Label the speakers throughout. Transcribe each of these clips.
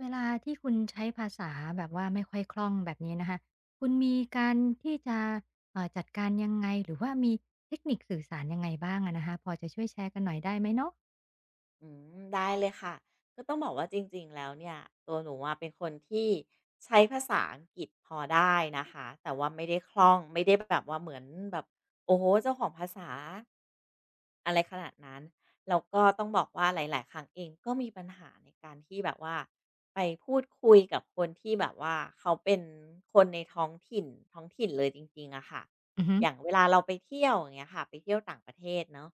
Speaker 1: เวลาที่คุณใช้ภาษาแบบว่าไม่ค่อยคล่องแบบนี้นะคะ คุณมีการที่จะจัดการยังไงหรือว่ามีเทคนิคสื่อสารยังไงบ้างอะนะคะพอจะช่วยแชร์กันหน่อยได้ไหมเนาะ
Speaker 2: อืมได้เลยค่ะก็ต้องบอกว่าจริงๆแล้วเนี่ยตัวหนูอะเป็นคนที่ใช้ภาษาอังกฤษพอได้นะคะแต่ว่าไม่ได้คล่องไม่ได้แบบว่าเหมือนแบบโอ้โหเจ้าของภาษาอะไรขนาดนั้นแล้วก็ต้องบอกว่าหลายๆครั้งเองก็มีปัญหาในการที่แบบว่าไปพูดคุยกับคนที่แบบว่าเขาเป็นคนในท้องถิ่นท้องถิ่นเลยจริงๆอะค่ะ
Speaker 1: อือฮึ
Speaker 2: อย่างเวลาเราไปเที่ยวอย่างเงี้ยค่ะไปเที่ยวต่างประเทศเนาะ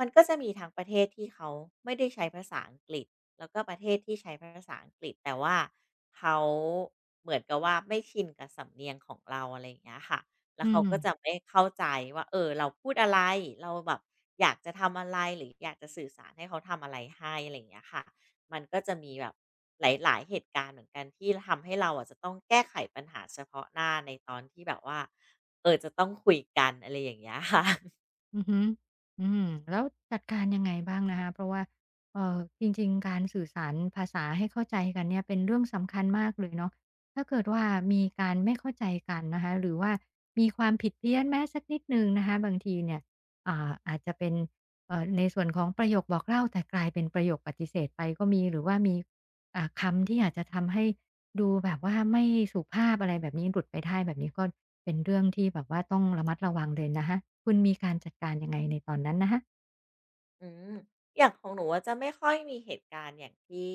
Speaker 2: มันก็จะมีทั้งประเทศที่เขาไม่ได้ใช้ภาษาอังกฤษแล้วก็ประเทศที่ใช้ภาษาอังกฤษแต่ว่าเขาเหมือนกับว่าไม่ชินกับสำเนียงของเราอะไรอย่างเงี้ยค่ะแล้
Speaker 1: อื
Speaker 2: วเขาก็จะ
Speaker 1: ม
Speaker 2: ไม่เข้าใจว่าเออเราพูดอะไรเราแบบอยากจะทำอะไรหรืออยากจะสื่อสารให้เขาทำอะไรให้อะไรอย่างเงี้ยค่ะมันก็จะมีแบบหลายๆเหตุการณ์เหมือนกันที่ทำให้เราอ่ะจะต้องแก้ไขปัญหาเฉพาะหน้าในตอนที่แบบว่าเออจะต้องคุยกันอะไรอย่างเงี้ยค่ะ
Speaker 1: อือฮึอืมแล้วจัดการยังไงบ้างนะคะเพราะว่าจริงๆการสื่อสารภาษาให้เข้าใจกันเนี่ยเป็นเรื่องสำคัญมากเลยเนาะถ้าเกิดว่ามีการไม่เข้าใจกันนะคะหรือว่ามีความผิดเพี้ยนแม้สักนิดหนึ่งนะคะบางทีเนี่ยอาจจะเป็นในส่วนของประโยคบอกเล่าแต่กลายเป็นประโยคปฏิเสธไปก็มีหรือว่ามีคำที่อาจจะทำให้ดูแบบว่าไม่สุภาพอะไรแบบนี้หลุดไปได้แบบนี้ก็ เป็นเรื่องที่แบบว่าต้องระมัดระวังเลยนะคะคุณมีการจัดการยังไงในตอนนั้นนะคะ
Speaker 2: อืมอย่างของหนูอะจะไม่ค่อยมีเหตุการณ์อย่างที่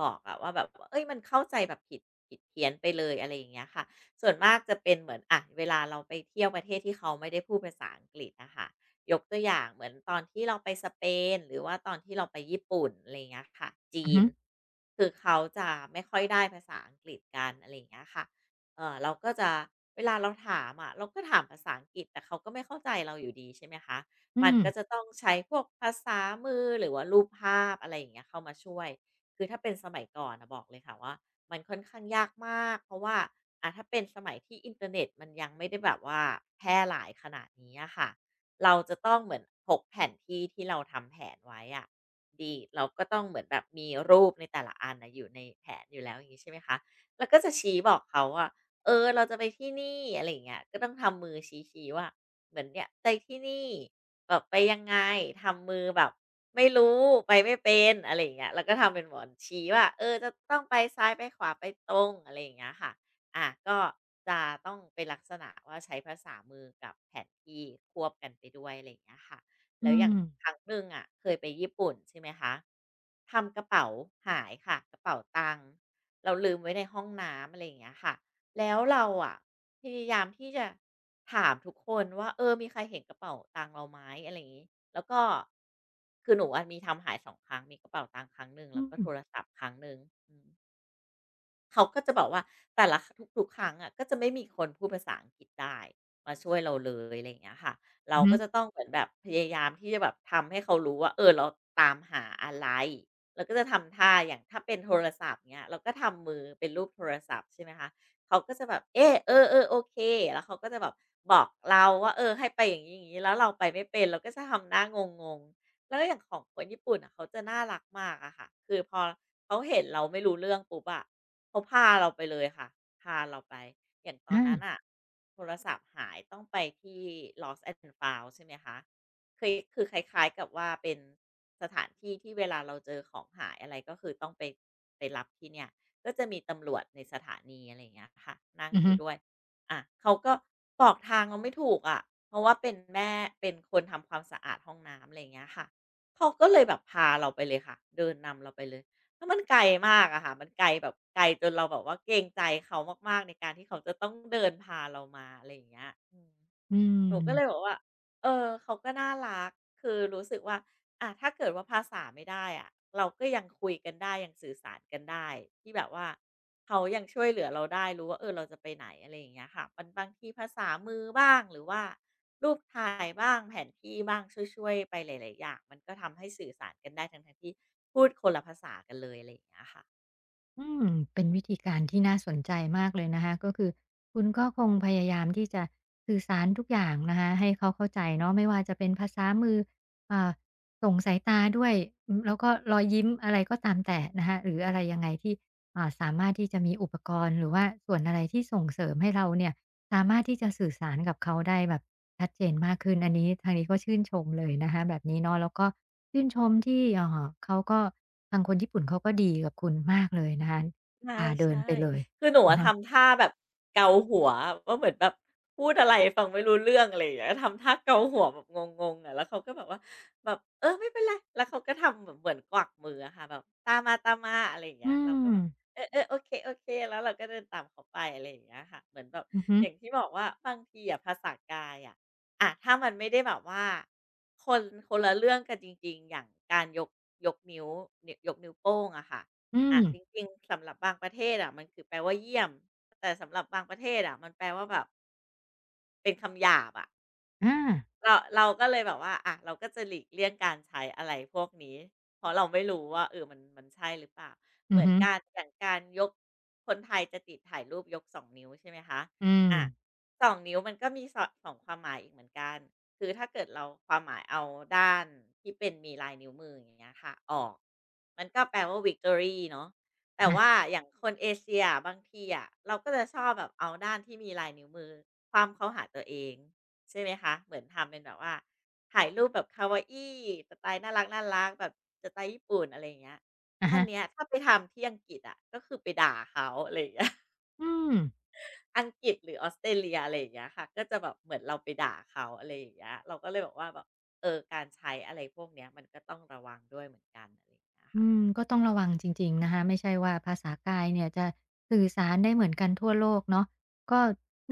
Speaker 2: บอกอะว่าแบบว่าเอ้ยมันเข้าใจแบบผิดผิดเพี้ยนไปเลยอะไรอย่างเงี้ยค่ะส่วนมากจะเป็นเหมือนอะเวลาเราไปเที่ยวประเทศที่เขาไม่ได้พูดภาษาอังกฤษนะคะยกตัวอย่างเหมือนตอนที่เราไปสเปนหรือว่าตอนที่เราไปญี่ปุ่นอะไรอย่างเงี้ยค่ะจี
Speaker 1: อือ
Speaker 2: น
Speaker 1: ฮึ
Speaker 2: คือเขาจะไม่ค่อยได้ภาษาอังกฤษกันอะไรอย่างเงี้ยค่ะเออเราก็จะเวลาเราถามอะเราก็ถามภาษาอังกฤษแต่เขาก็ไม่เข้าใจเราอยู่ดีใช่ไหมคะ
Speaker 1: อื
Speaker 2: มัน
Speaker 1: ม
Speaker 2: ก็จะต้องใช้พวกภาษามือหรือว่ารูปภาพอะไรอย่างเงี้ยเข้ามาช่วยคือถ้าเป็นสมัยก่อนนะบอกเลยค่ะว่ามันค่อนข้างยากมากเพราะว่าถ้าเป็นสมัยที่อินเทอร์เน็ตมันยังไม่ได้แบบว่าแพร่หลายขนาดนี้อะค่ะเราจะต้องเหมือนพกแผนที่ที่เราทำแผนไว้อะดีเราก็ต้องเหมือนแบบมีรูปในแต่ละอันน่ะอยู่ในแผนอยู่แล้วอย่างงี้ใช่ไหมคะแล้วก็จะชี้บอกเขาว่าเออเราจะไปที่นี่อะไรอย่างเงี้ยก็ต้องทำมือชี้ๆว่าเหมือนเนี่ยไปที่นี่ แบบไปยังไงทำมือแบบไม่รู้ไปไม่เป็นอะไรอย่างเงี้ยแล้วก็ทำเป็นหมอนชี้ว่าเออจะต้องไปซ้ายไปขวาไปตรงอะไรอย่างเงี้ยค่ะอาก็จะต้องเป็นลักษณะว่าใช้ภาษามือกับแผนที่ควบกันไปด้วยอะไรอย่างเงี้ยค่ะ
Speaker 1: อื
Speaker 2: แล้วอย่า
Speaker 1: ม
Speaker 2: งครั้งหนึ่งอะเคยไปญี่ปุ่นใช่ไหมคะทำกระเป๋าหายค่ะกระเป๋าตังค์เราลืมไว้ในห้องน้ำอะไรอย่างเงี้ยค่ะ แล้วเราอะพยายามที่จะถามทุกคนว่าเออมีใครเห็นกระเป๋าตังค์เราไหมอะไรอย่างงี้แล้วก็คือหนูอะมีทำหายสองครั้งมีกระเป๋าตังค์ครั้งหนึ่ง
Speaker 1: อื
Speaker 2: แล้วก็
Speaker 1: ม
Speaker 2: โทรศัพท์ครั้งหนึ่งอืม เขาก็จะบอกว่าแต่ละทุกๆครั้งอ่ะก็จะไม่มีคนพูดภาษาอังกฤษได้มาช่วยเราเลยอะไรอย่างเงี้ยค่ะเรา
Speaker 1: อือฮึ
Speaker 2: ก็จะต้องเหมือนแบบพยายามที่จะแบบทำให้เขารู้ว่าเออเราตามหาอะไรเราก็จะทำท่าอย่างถ้าเป็นโทรศัพท์เนี้ยเราก็ทำมือเป็นรูปโทรศัพท์ใช่ไหมคะเขาก็จะแบบเออเออๆโอเคแล้วเขาก็จะแบบบอกเราว่าเออให้ไปอย่างนี้อย่างนี้แล้วเราไปไม่เป็นเราก็จะทำหน้างงๆแล้วอย่างของคนญี่ปุ่นอ่ะเขาจะน่ารักมากอะค่ะคือพอเขาเห็นเราไม่รู้เรื่องปุ๊บอะ เขาพาเราไปเลยค่ะพาเราไปอย่างตอนนั้น
Speaker 1: อา
Speaker 2: อ่ะโทรศัพท์หายต้องไปที่ Lost and Found ใช่ไหมคะเคยคือคล้ายๆกับว่าเป็นสถานที่ที่เวลาเราเจอของหายอะไรก็คือต้องไปไปรับที่เนี่ยก็จะมีตำรวจในสถานีอะไรอย่างเงี้ยค่ะนั่ง
Speaker 1: อือ
Speaker 2: อ
Speaker 1: ฮึ
Speaker 2: ยู่ด้วยอะเขาก็บอกทางเราไม่ถูกอะเพราะว่าเป็นแม่เป็นคนทำความสะอาดห้องน้ำอะไรอย่างเงี้ยค่ะเขาก็เลยแบบพาเราไปเลยค่ะเดินนำเราไปเลย แล้วมันไกลมากอะค่ะ มันไกลแบบไกลจนเราแบบว่าเกรงใจเขามากๆในการที่เขาจะต้องเดินพาเรามาอะไรอย่างเงี้ยอืม
Speaker 1: อื
Speaker 2: หนูก็เลยบ
Speaker 1: ม
Speaker 2: อกว่าเออเขาก็น่ารักคือรู้สึกว่าถ้าเกิดว่าภาษาไม่ได้อะเราก็ยังคุยกันได้ยังสื่อสารกันได้ที่แบบว่าเขายังช่วยเหลือเราได้รู้ว่าเออเราจะไปไหนอะไรอย่างเงี้ยค่ะมันบางทีภาษามือบ้างหรือว่ารูปถ่ายบ้างแผนที่บ้างช่วยๆไปหลายๆอย่างมันก็ทำให้สื่อสารกันได้ทั้งๆที่พูดคนละภาษากันเลยอะไรอย่างเงี้ยค่ะ
Speaker 1: อืมเป็นวิธีการที่น่าสนใจมากเลยนะคะก็คือคุณก็คงพยายามที่จะสื่อสารทุกอย่างนะคะให้เขาเข้าใจเนาะไม่ว่าจะเป็นภาษามืออ่าส่งสายตาด้วยอืมแล้วก็รอยยิ้มอะไรก็ตามแต่นะคะหรืออะไรยังไงที่สามารถที่จะมีอุปกรณ์หรือว่าส่วนอะไรที่ส่งเสริมให้เราเนี่ยสามารถที่จะสื่อสารกับเขาได้แบบ ชัดเจนมากขึ้นอันนี้ทางนี้ก็ชื่นชมเลยนะคะแบบนี้เนาะแล้วก็ชื่นชมที่เขาก็ทางคนญี่ปุ่นเขาก็ดีกับคุณมากเลยนะคะ
Speaker 2: ใ
Speaker 1: พาเดิ
Speaker 2: ช่
Speaker 1: นไปเลย
Speaker 2: ๆคือหนู
Speaker 1: อะ
Speaker 2: อะ
Speaker 1: ฮะ
Speaker 2: ทำท่าแบบเกาหัวว่าเหมือนแบบพูดอะไรฟังไม่รู้เรื่องอะไรอย่างเงี้ยทำท่าเกาหัวแบบงงๆอะแล้วเขาก็แบบว่าแบบเออไม่เป็นไรแล้วเขาก็ทำแบบเหมือนกวักมืออะค่ะแบบตามมาๆอะไรอย่าง
Speaker 1: อื
Speaker 2: เงี้ยเราก็
Speaker 1: ม
Speaker 2: แบบเออๆโอเคๆแล้วเราก็เดินตามเขาไปอะไรอย่างเงี้ยค่ะเหมือนแบบ
Speaker 1: อือฮึ
Speaker 2: อย่างที่บอกว่าบางทีอะภาษากายอะอะถ้ามันไม่ได้แบบว่าคนคนละเรื่องกันจริงๆอย่างการยกยกนิ้วนิยกนิ้วโป้งอะค่ะ
Speaker 1: อื
Speaker 2: อ่ะ
Speaker 1: ม
Speaker 2: จริงๆสำหรับบางประเทศอ่ะมันคือแปลว่าเยี่ยมแต่สำหรับบางประเทศอ่ะมันแปลว่าแบบเป็นคำหยาบอ่ะ
Speaker 1: อา
Speaker 2: เราก็เลยแบบว่าอ่ะเราก็จะหลีกเลี่ยงการใช้อะไรพวกนี้เพราะเราไม่รู้ว่าเออมันใช่หรือเปล่าเห
Speaker 1: อื
Speaker 2: มื
Speaker 1: อ
Speaker 2: อน
Speaker 1: ฮึ
Speaker 2: การอย่างการยกคนไทยจะติดถ่ายรูปยก2นิ้วใช่ไหมคะ
Speaker 1: อื
Speaker 2: อะ
Speaker 1: ม
Speaker 2: งนิ้วมันก็มีอ2ความหมายอีกเหมือนกันคือถ้าเกิดเราความหมายเอาด้านที่เป็นมีลายนิ้วมืออย่างเงี้ยค่ะออกมันก็แปลว่า victory เนาะแต่
Speaker 1: นะ
Speaker 2: ว่าอย่างคนเอเชียอะบางทีอะเราก็จะชอบแบบเอาด้านที่มีลายนิ้วมือคว่ำเข้าหาตัวเอง ใช่ไหมคะเหมือนทำเป็นแบบว่าถ่ายรูปแบบคาวาอิสไตล์น่ารักน่ารักแบบสไตล์ญี่ปุ่นอะไรอย่างเงี้ย
Speaker 1: อะ
Speaker 2: อัน
Speaker 1: ฮะ
Speaker 2: เนี้ยถ้าไปทำที่อังกฤษอะก็คือไปด่าเขาอะไรอย่างเงี้ย
Speaker 1: อืม
Speaker 2: อังกฤษหรือออสเตรเลียอะไรอย่างเงี้ยค่ะก็จะแบบเหมือนเราไปด่าเขาอะไรอย่างเงี้ยเราก็เลยบอกว่าแบบเออการใช้อะไรพวกเนี้ยมันก็ต้องระวังด้วยเหมือนกันอะไรอย่างเงี้ยค่ะ
Speaker 1: อืมก็ต้องระวังจริงๆนะคะไม่ใช่ว่าภาษากายเนี่ยจะสื่อสารได้เหมือนกันทั่วโลกเนาะก็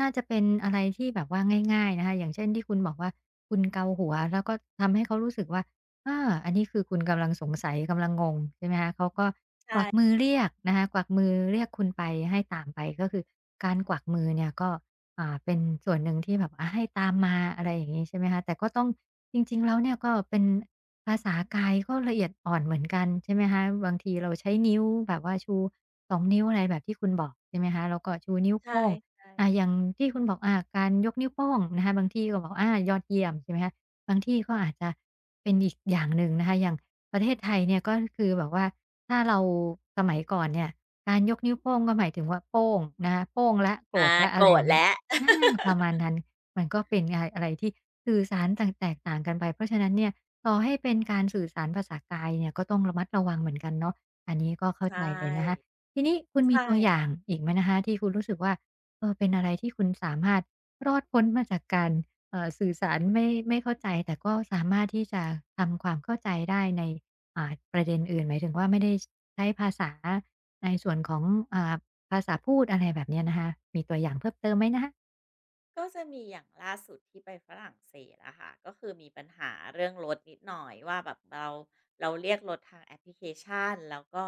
Speaker 1: น่าจะเป็นอะไรที่แบบว่าง่ายๆนะคะอย่างเช่นที่คุณบอกว่าคุณเกาหัวแล้วก็ทำให้เขารู้สึกว่าอาอันนี้คือคุณกำลังสงสัยกำลังงงใช่ไหมคะเขาก็ก
Speaker 2: ใช่
Speaker 1: วักมือเรี
Speaker 2: ค่ะ
Speaker 1: ยกนะคะกวักมือเรียกคุณไปให้ตามไปก็คือการกวักมือเนี่ยก็ เป็นส่วนหนึ่งที่แบบอาให้ตามมาอะไรอย่างงี้ใช่ไหมคะแต่ก็ต้องจริงๆแล้วเนี่ยก็เป็นภาษากายก็ละเอียดอ่อนเหมือนกันใช่ไหมคะบางทีเราใช้นิ้วแบบว่าชูสองนิ้วอะไรแบบที่คุณบอกใช่ไหมคะแล้วก็ชูนิ้ว
Speaker 2: ใช
Speaker 1: โป้ง
Speaker 2: ่
Speaker 1: อย่างที่คุณบอกการยกนิ้วโป้งนะคะบางที่ก็บอกอายอดเยี่ยมใช่ไหมคะบางที่ก็อาจจะเป็นอีกอย่างหนึ่งนะคะอย่างประเทศไทยเนี่ยก็คือแบบว่าถ้าเราสมัยก่อนเนี่ยการยกนิ้วโป้งก็หมายถึงว่าโป้งนะคะโป้งแล้วโกร
Speaker 2: อา
Speaker 1: ธแล้ว
Speaker 2: โก
Speaker 1: อะ
Speaker 2: ร
Speaker 1: ไรอ
Speaker 2: ธ
Speaker 1: ย่างงี้
Speaker 2: แล้ว
Speaker 1: อาประมาณ นั้นมันก็เป็นงานอะไรที่สื่อสารต่างแตกต่างกันไป เพราะฉะนั้นเนี่ยต่อให้เป็นการสื่อสารภาษากายเนี่ยก็ต้องระมัดระวังเหมือนกันเนาะอันนี้ก็
Speaker 2: ใช
Speaker 1: เข้าใจเลยนะคะ
Speaker 2: ่
Speaker 1: ทีนี้คุณมี
Speaker 2: ใช่
Speaker 1: ตัวอย่าง
Speaker 2: ค่ะ
Speaker 1: อีกไหมนะคะที่คุณรู้สึกว่าเออเป็นอะไรที่คุณสามารถรอดพ้นมาจากการสื่อสารไม่เข้าใจ แต่ก็สามารถที่จะทำความเข้าใจได้ในประเด็นอื่นหมายถึงว่าไม่ได้ใช้ภาษาในส่วนของอ่าภาษาพูดอะไรแบบเนี้ยนะคะมีตัวอย่างเพิ่มเติมไหมนะคะ
Speaker 2: ก็จะมีอย่างล่าสุดที่ไปฝรั่งเศสอะค่ะก็คือมีปัญหาเรื่องรถนิดหน่อยว่าแบบเราเรียกรถทางแอปพลิเคชันแล้วก็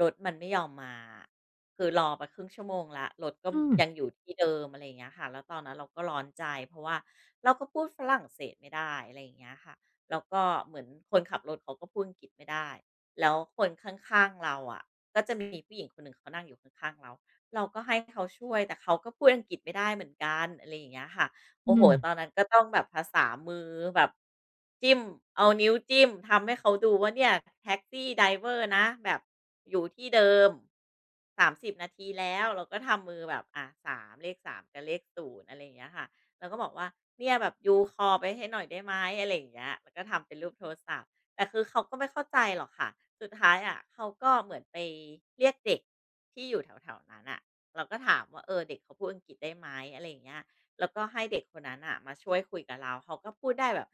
Speaker 2: รถมันไม่ยอมมาคือรอไปครึ่งชั่วโมงละรถก็
Speaker 1: อืม
Speaker 2: ยังอยู่ที่เดิมอะไรอย่างเงี้ยค่ะแล้วตอนนั้นเราก็ร้อนใจเพราะว่าเราก็พูดฝรั่งเศสไม่ได้อะไรอย่างเงี้ยค่ะแล้วก็เหมือนคนขับรถเขาก็พูดอังกฤษไม่ได้แล้วคนข้างๆเราอะก็จะมีผู้หญิงคนหนึ่งเขานั่งอยู่ข้างๆเรา เราก็ให้เขาช่วยแต่เขาก็พูดอังกฤษไม่ได้เหมือนกันอะไรอย่างเงี้ยค่ะ
Speaker 1: อื
Speaker 2: โอ้โฮ
Speaker 1: ม
Speaker 2: ตอนนั้นก็ต้องแบบภาษามือแบบจิ้มเอานิ้วจิ้มทำให้เขาดูว่าเนี่ยแท็กซี่ไดรเวอร์นะแบบอยู่ที่เดิม30นาทีแล้วเราก็ทำมือแบบสามเลขสามกับเลข0อะไรอย่างเงี้ยค่ะเราก็บอกว่าเนี่ยแบบยู call ไปให้หน่อยได้ไหมอะไรอย่างเงี้ยแล้วก็ทำเป็นรูปโทรศัพท์ แต่คือเขาก็ไม่เข้าใจหรอกค่ะ สุดท้ายอ่ะเขาก็เหมือนไปเรียกเด็กที่อยู่แถวๆนั้นอ่ะเราก็ถามว่าเออเด็กเขาพูดอังกฤษได้ไหมอะไรอย่างเงี้ยแล้วก็ให้เด็กคนนั้นอ่ะมาช่วยคุยกับเราเขาก็พูดได้แบบ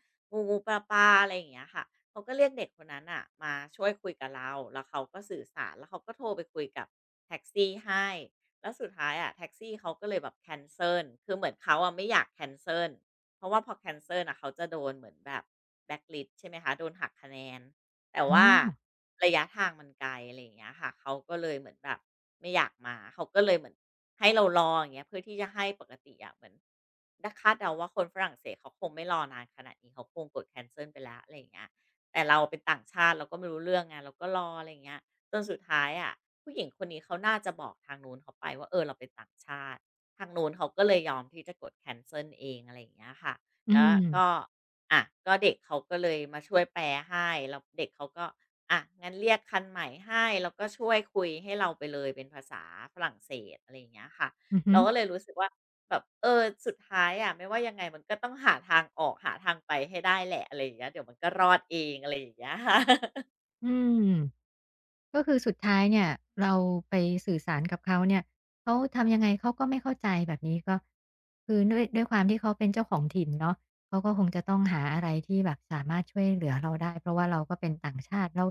Speaker 2: งูๆปลาๆอะไรอย่างเงี้ยค่ะเขาก็เรียกเด็กคนนั้นอ่ะมาช่วยคุยกับเราแล้วเขาก็สื่อสารแล้วเขาก็โทรไปคุยกับแท็กซี่ให้แล้วสุดท้ายอะแท็กซี่เขาก็เลยแบบแคนเซิลคือเหมือนเขาอะไม่อยากแคนเซิล เพราะว่าพอแคนเซิล่ะเขาจะโดนเหมือนแบบ blacklist ใช่ไหมคะโดนหักคะแนนแต่
Speaker 1: อ๋อ
Speaker 2: ว่าระยะทางมันไกลอะไรอย่างเงี้ยค่ะเขาก็เลยเหมือนแบบไม่อยากมาเขาก็เลยเหมือนให้เรารออย่างเงี้ยเพื่อที่จะให้ปกติอะเหมือนดคาดเดาว่าคนฝรั่งเศสเขาคงไม่รอนานขนาดนี้เขาคงกดแคนเซิลไปแล้วอะไรอย่างเงี้ยแต่เราเป็นต่างชาติเราก็ไม่รู้เรื่องไงเราก็รออะไรอย่างเงี้ยจนสุดท้ายอะผู้หญิงคนนี้เขาน่าจะบอกทางนู้นเขาไปว่าเออเราเป็นต่างชาติ ทางนู้นเขาก็เลยยอมที่จะกดแคนเซิลเองอะไรอย่างเงี้ยค่ะ
Speaker 1: อื
Speaker 2: แล้ว
Speaker 1: ม
Speaker 2: ก็อะก็เด็กเขาก็เลยมาช่วยแปลให้แล้วเด็กเขาก็อะงั้นเรียกคันใหม่ให้ แล้วก็ช่วยคุยให้เราไปเลยเป็นภาษาฝรั่งเศสอะไรอย่างเงี้ยค่ะ
Speaker 1: อือฮึ
Speaker 2: เราก็เลยรู้สึกว่าแบบเออสุดท้ายอะไม่ว่ายังไงมันก็ต้องหาทางออกหาทางไปให้ได้แหละอะไรอย่างเงี้ยเดี๋ยวมันก็รอดเองอะไรอย่างเงี้ยค่ะ
Speaker 1: อืม ก็คือสุดท้ายเนี่ยเราไปสื่อสารกับเขาเนี่ยเขาทำยังไงเขาก็ไม่เข้าใจแบบนี้ก็คือด้วยความที่เขาเป็นเจ้าของถิ่นเนาะเขาก็คงจะต้องหาอะไรที่แบบสามารถช่วยเหลือเราได้เพราะว่าเราก็เป็นต่างชาติเรา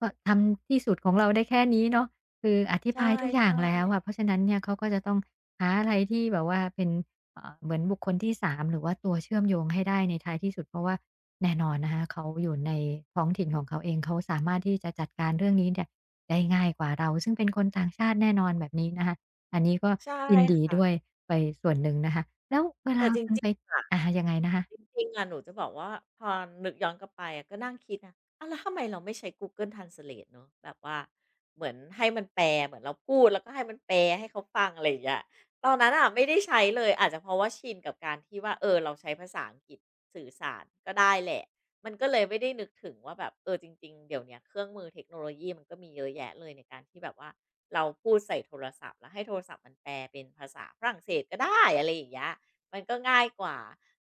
Speaker 1: ก็ทำที่สุดของเราได้แค่นี้เนาะคืออธิ
Speaker 2: ใช
Speaker 1: บายทุกอย่าง
Speaker 2: ่
Speaker 1: แล้วอะเพราะฉะนั้นเนี่ยเขาก็จะต้องหาอะไรที่แบบว่าเป็นเหมือนบุคคลที่สามหรือว่าตัวเชื่อมโยงให้ได้ในท้ายที่สุดเพราะว่าแน่นอนนะคะเขาอยู่ในท้องถิ่นของเขาเองเขาสามารถที่จะจัดการเรื่องนี้เนี่ย ได้ง่ายกว่าเราซึ่งเป็นคนต่างชาติแน่นอนแบบนี้นะคะอันนี้ก็
Speaker 2: ๆใช่
Speaker 1: ยินดี
Speaker 2: ค่ะ
Speaker 1: ด้วยไปส่วนหนึ่งนะคะแล้วเว
Speaker 2: แต่
Speaker 1: ลา
Speaker 2: จร
Speaker 1: คุณ
Speaker 2: ิง
Speaker 1: ไป
Speaker 2: ๆอะ
Speaker 1: อะะยังไงนะคะ
Speaker 2: จริงๆอะหนูจะบอกว่า พอนึกย้อนกลับไปอะก็นั่งคิดนะอ้าวแล้วทำไมเราไม่ใช้ Google Translate เนาะแบบว่า เหมือนให้มันแปลเหมือนเราพูด แล้วก็ให้มันแปลให้เขาฟังอะไรอย่างเงี้ยตอนนั้นน่ะไม่ได้ใช้เลย อาจจะเพราะว่าชินกับการที่ว่า เออเราใช้ภาษาอังกฤษสื่อสารก็ได้แหละ มันก็เลยไม่ได้นึกถึงว่าแบบ เออจริงๆเดี๋ยวเนี้ยเครื่องมือเทคโนโลยีมันก็มีเยอะแยะเลยในการที่แบบว่าเราพูดใส่โทรศัพท์แล้วให้โทรศัพท์มันแปลเป็นภาษาฝรั่งเศสก็ได้อะไรอย่างเงี้ยมันก็ง่ายกว่า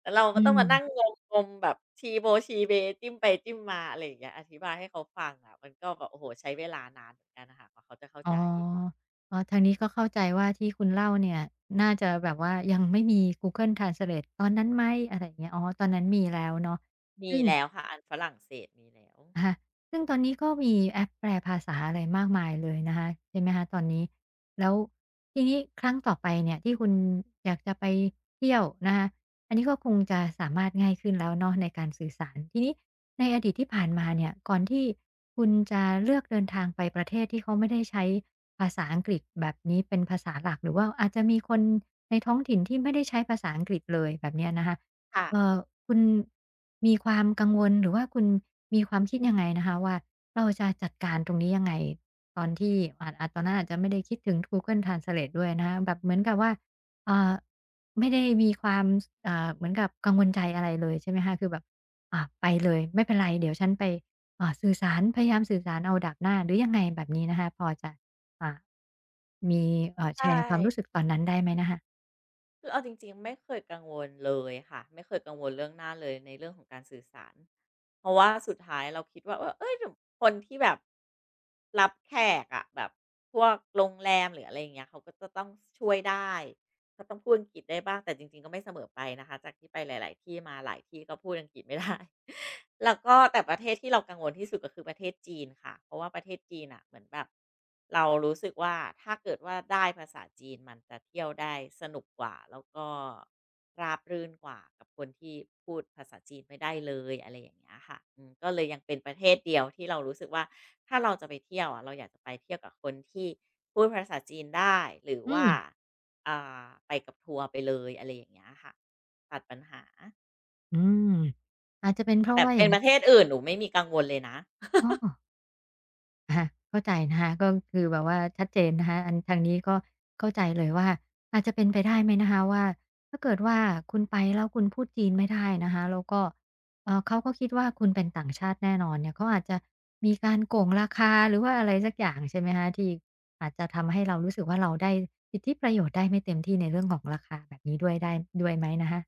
Speaker 2: แล้วเราก็
Speaker 1: อื
Speaker 2: ต้อง
Speaker 1: ม
Speaker 2: มานั่งงมๆแบบชีโบชีเบจิ้มไปจิ้มมาอะไรอย่างเงี้ยอธิบายให้เขาฟังอะมันก็แบบโอ้โฮใช้เวลานานเหมือนกันน่ะค่ะกว่าเขาจะเข้า
Speaker 1: อ๋อ
Speaker 2: ใจ
Speaker 1: อ๋อทางนี้ก็เข้าใจว่าที่คุณเล่าเนี่ยน่าจะแบบว่ายังไม่มี Google Translate ตอนนั้นไหมอะไรอย่างเงี้ยอ๋อตอนนั้นมีแล้วเนาะ
Speaker 2: มี
Speaker 1: ซึ่ง
Speaker 2: แล้วค่ะอันฝรั่งเศสมีแล้ว
Speaker 1: นะคะซึ่งตอนนี้ก็มีแอปแปลภาษาอะไรมากมายเลยนะคะใช่ไหมคะตอนนี้ แล้วทีนี้ครั้งต่อไปเนี่ยที่คุณอยากจะไปเที่ยวนะคะอันนี้ก็คงจะสามารถง่ายขึ้นแล้วเนาะในการสื่อสารทีนี้ในอดีตที่ผ่านมาเนี่ยก่อนที่คุณจะเลือกเดินทางไปประเทศที่เขาไม่ได้ใช้ภาษาอังกฤษแบบนี้เป็นภาษาหลักหรือว่าอาจจะมีคนในท้องถิ่นที่ไม่ได้ใช้ภาษาอังกฤษเลยแบบเนี้ยนะคะ
Speaker 2: ค่ะ
Speaker 1: เอ่อคุณมีความกังวลหรือว่าคุณมีความคิดยังไงนะคะว่าเราจะจัดการตรงนี้ยังไงตอนที่อ่าจอาจตอนนั้นอาจจะไม่ได้คิดถึง Google Translate ด้วยนะคะแบบเหมือนกับว่าอ่าไม่ได้มีความสอ่าเหมือนกับกังวลใจอะไรเลยใช่ไหมคะคือแบบไปเลยไม่เป็นไรเดี๋ยวฉันไปสื่อสารพยายามสื่อสารเอาดาบหน้าหรือยังไงแบบนี้นะคะพอจะอ่ามีแช
Speaker 2: ใช่
Speaker 1: ร์ความรู้สึกตอนนั้นได้ไหมนะคะ
Speaker 2: คือเอาจริงๆไม่เคยกังวลเลยค่ะไม่เคยกังวลเรื่องหน้าเลยในเรื่องของการสื่อสารเพราะว่าสุดท้ายเราคิดว่าว่าเฮ้ยแบบคนที่แบบรับแขกอะแบบพวกโรงแรมหรืออะไรอย่างเงี้ยเขาก็จะต้องช่วยได้ เขาต้องพูดอังกฤษได้บ้างแต่จริงๆก็ไม่เสมอไปนะคะจากที่ไปหลายๆที่มาหลายที่ก็พูดอังกฤษไม่ได้ แล้วก็แต่ประเทศที่เรากังวลที่สุดก็คือประเทศจีนค่ะเพราะว่าประเทศจีนอ่ะเหมือนแบบเรารู้สึกว่าถ้าเกิดว่าได้ภาษาจีนมันจะเที่ยวได้สนุกกว่าแล้วก็ราบรื่นกว่ากับคนที่พูดภาษาจีนไม่ได้เลยอะไรอย่างเงี้ยค่ะอืมก็เลยยังเป็นประเทศเดียวที่เรารู้สึกว่าถ้าเราจะไปเที่ยวอะเราอยากจะไปเที่ยวกับคนที่พูดภาษาจีนได้หรือ
Speaker 1: อื
Speaker 2: ว่า
Speaker 1: ม
Speaker 2: อ่าไปกับทัวร์ไปเลยอะไรอย่างเงี้ยค่ะตัดปัญหา
Speaker 1: อื
Speaker 2: อื
Speaker 1: ม
Speaker 2: ม
Speaker 1: อาจจะเป็นเพราะ
Speaker 2: แต่
Speaker 1: ว่าอ
Speaker 2: เป็
Speaker 1: ย่า
Speaker 2: น
Speaker 1: ง
Speaker 2: ป
Speaker 1: งี้
Speaker 2: ระเทศอื่นหนูไม่มีกังวลเลยนะ
Speaker 1: อ๋ออ่ฮะเข้าใจนะคะก็คือแบบว่าชัดเจนนะคะอันทางนี้ก็เข้าใจเลยว่าอาจจะเป็นไปได้ไหมนะคะว่าถ้าเกิดว่าคุณไปแล้วคุณพูดจีนไม่ได้นะคะแล้วก็เขาก็คิดว่าคุณเป็นต่างชาติแน่นอนเนี่ยเขาอาจจะมีการโกงราคาหรือว่าอะไรสักอย่างใช่ไหมคะที่อาจจะทำให้เรารู้สึกว่าเราได้สิทธิประโยชน์ได้ไม่เต็มที่ในเรื่องของราคาแบบนี้ด้วยได้ด้วยไหมนะคะ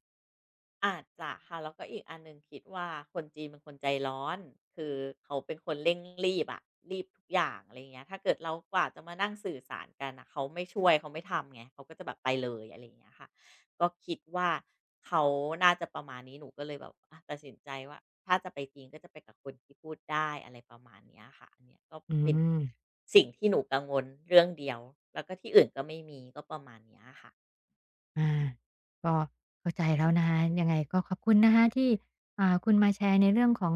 Speaker 2: อาจจะค่ะแล้วก็อีกอันหนึ่งคิดว่าคนจีนเป็นคนใจร้อนคือเขาเป็นคนเร่งรีบอะรีบทุกอย่างอะไรเงี้ยถ้าเกิดเรากว่าจะมานั่งสื่อสารกันนะเขาไม่ช่วยเขาไม่ทำไงเขาก็จะแบบไปเลยอะไรอเงี้ยค่ะก็คิดว่าเขาน่าจะประมาณนี้หนูก็เลยแบบอะตัดสินใจว่าถ้าจะไปจีนก็จะไปกับคนที่พูดได้อะไรประมาณเนี้ยค่ะอันเนี้ยก็
Speaker 1: อื
Speaker 2: เป็น
Speaker 1: ม
Speaker 2: สิ่งที่หนูกังวลเรื่องเดียวแล้วก็ที่อื่นก็ไม่มีก็ประมาณเนี้ยค่ะ
Speaker 1: อาก็เข้าใจแล้วนะคะยังไงก็ขอบคุณนะคะที่คุณมาแชร์ในเรื่องของ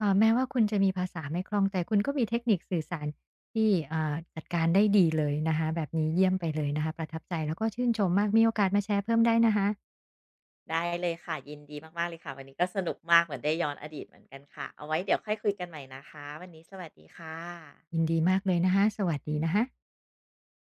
Speaker 1: แม้ว่าคุณจะมีภาษาไม่คล่องแต่คุณก็มีเทคนิคสื่อสารที่จัดการได้ดีเลยนะคะแบบนี้เยี่ยมไปเลยนะคะประทับใจแล้วก็ชื่นชมมากมีโอกาสมาแชร์เพิ่มได้นะคะ
Speaker 2: ได้เลยค่ะยินดีมากๆเลยค่ะวันนี้ก็สนุกมากเหมือนได้ย้อนอดีตเหมือนกันค่ะเอาไว้เดี๋ยวค่อยคุยกันใหม่นะคะวันนี้สวัสดีค่
Speaker 1: ยิน
Speaker 2: ะ
Speaker 1: ดีมากเลยนะคะสวัสดีนะคะ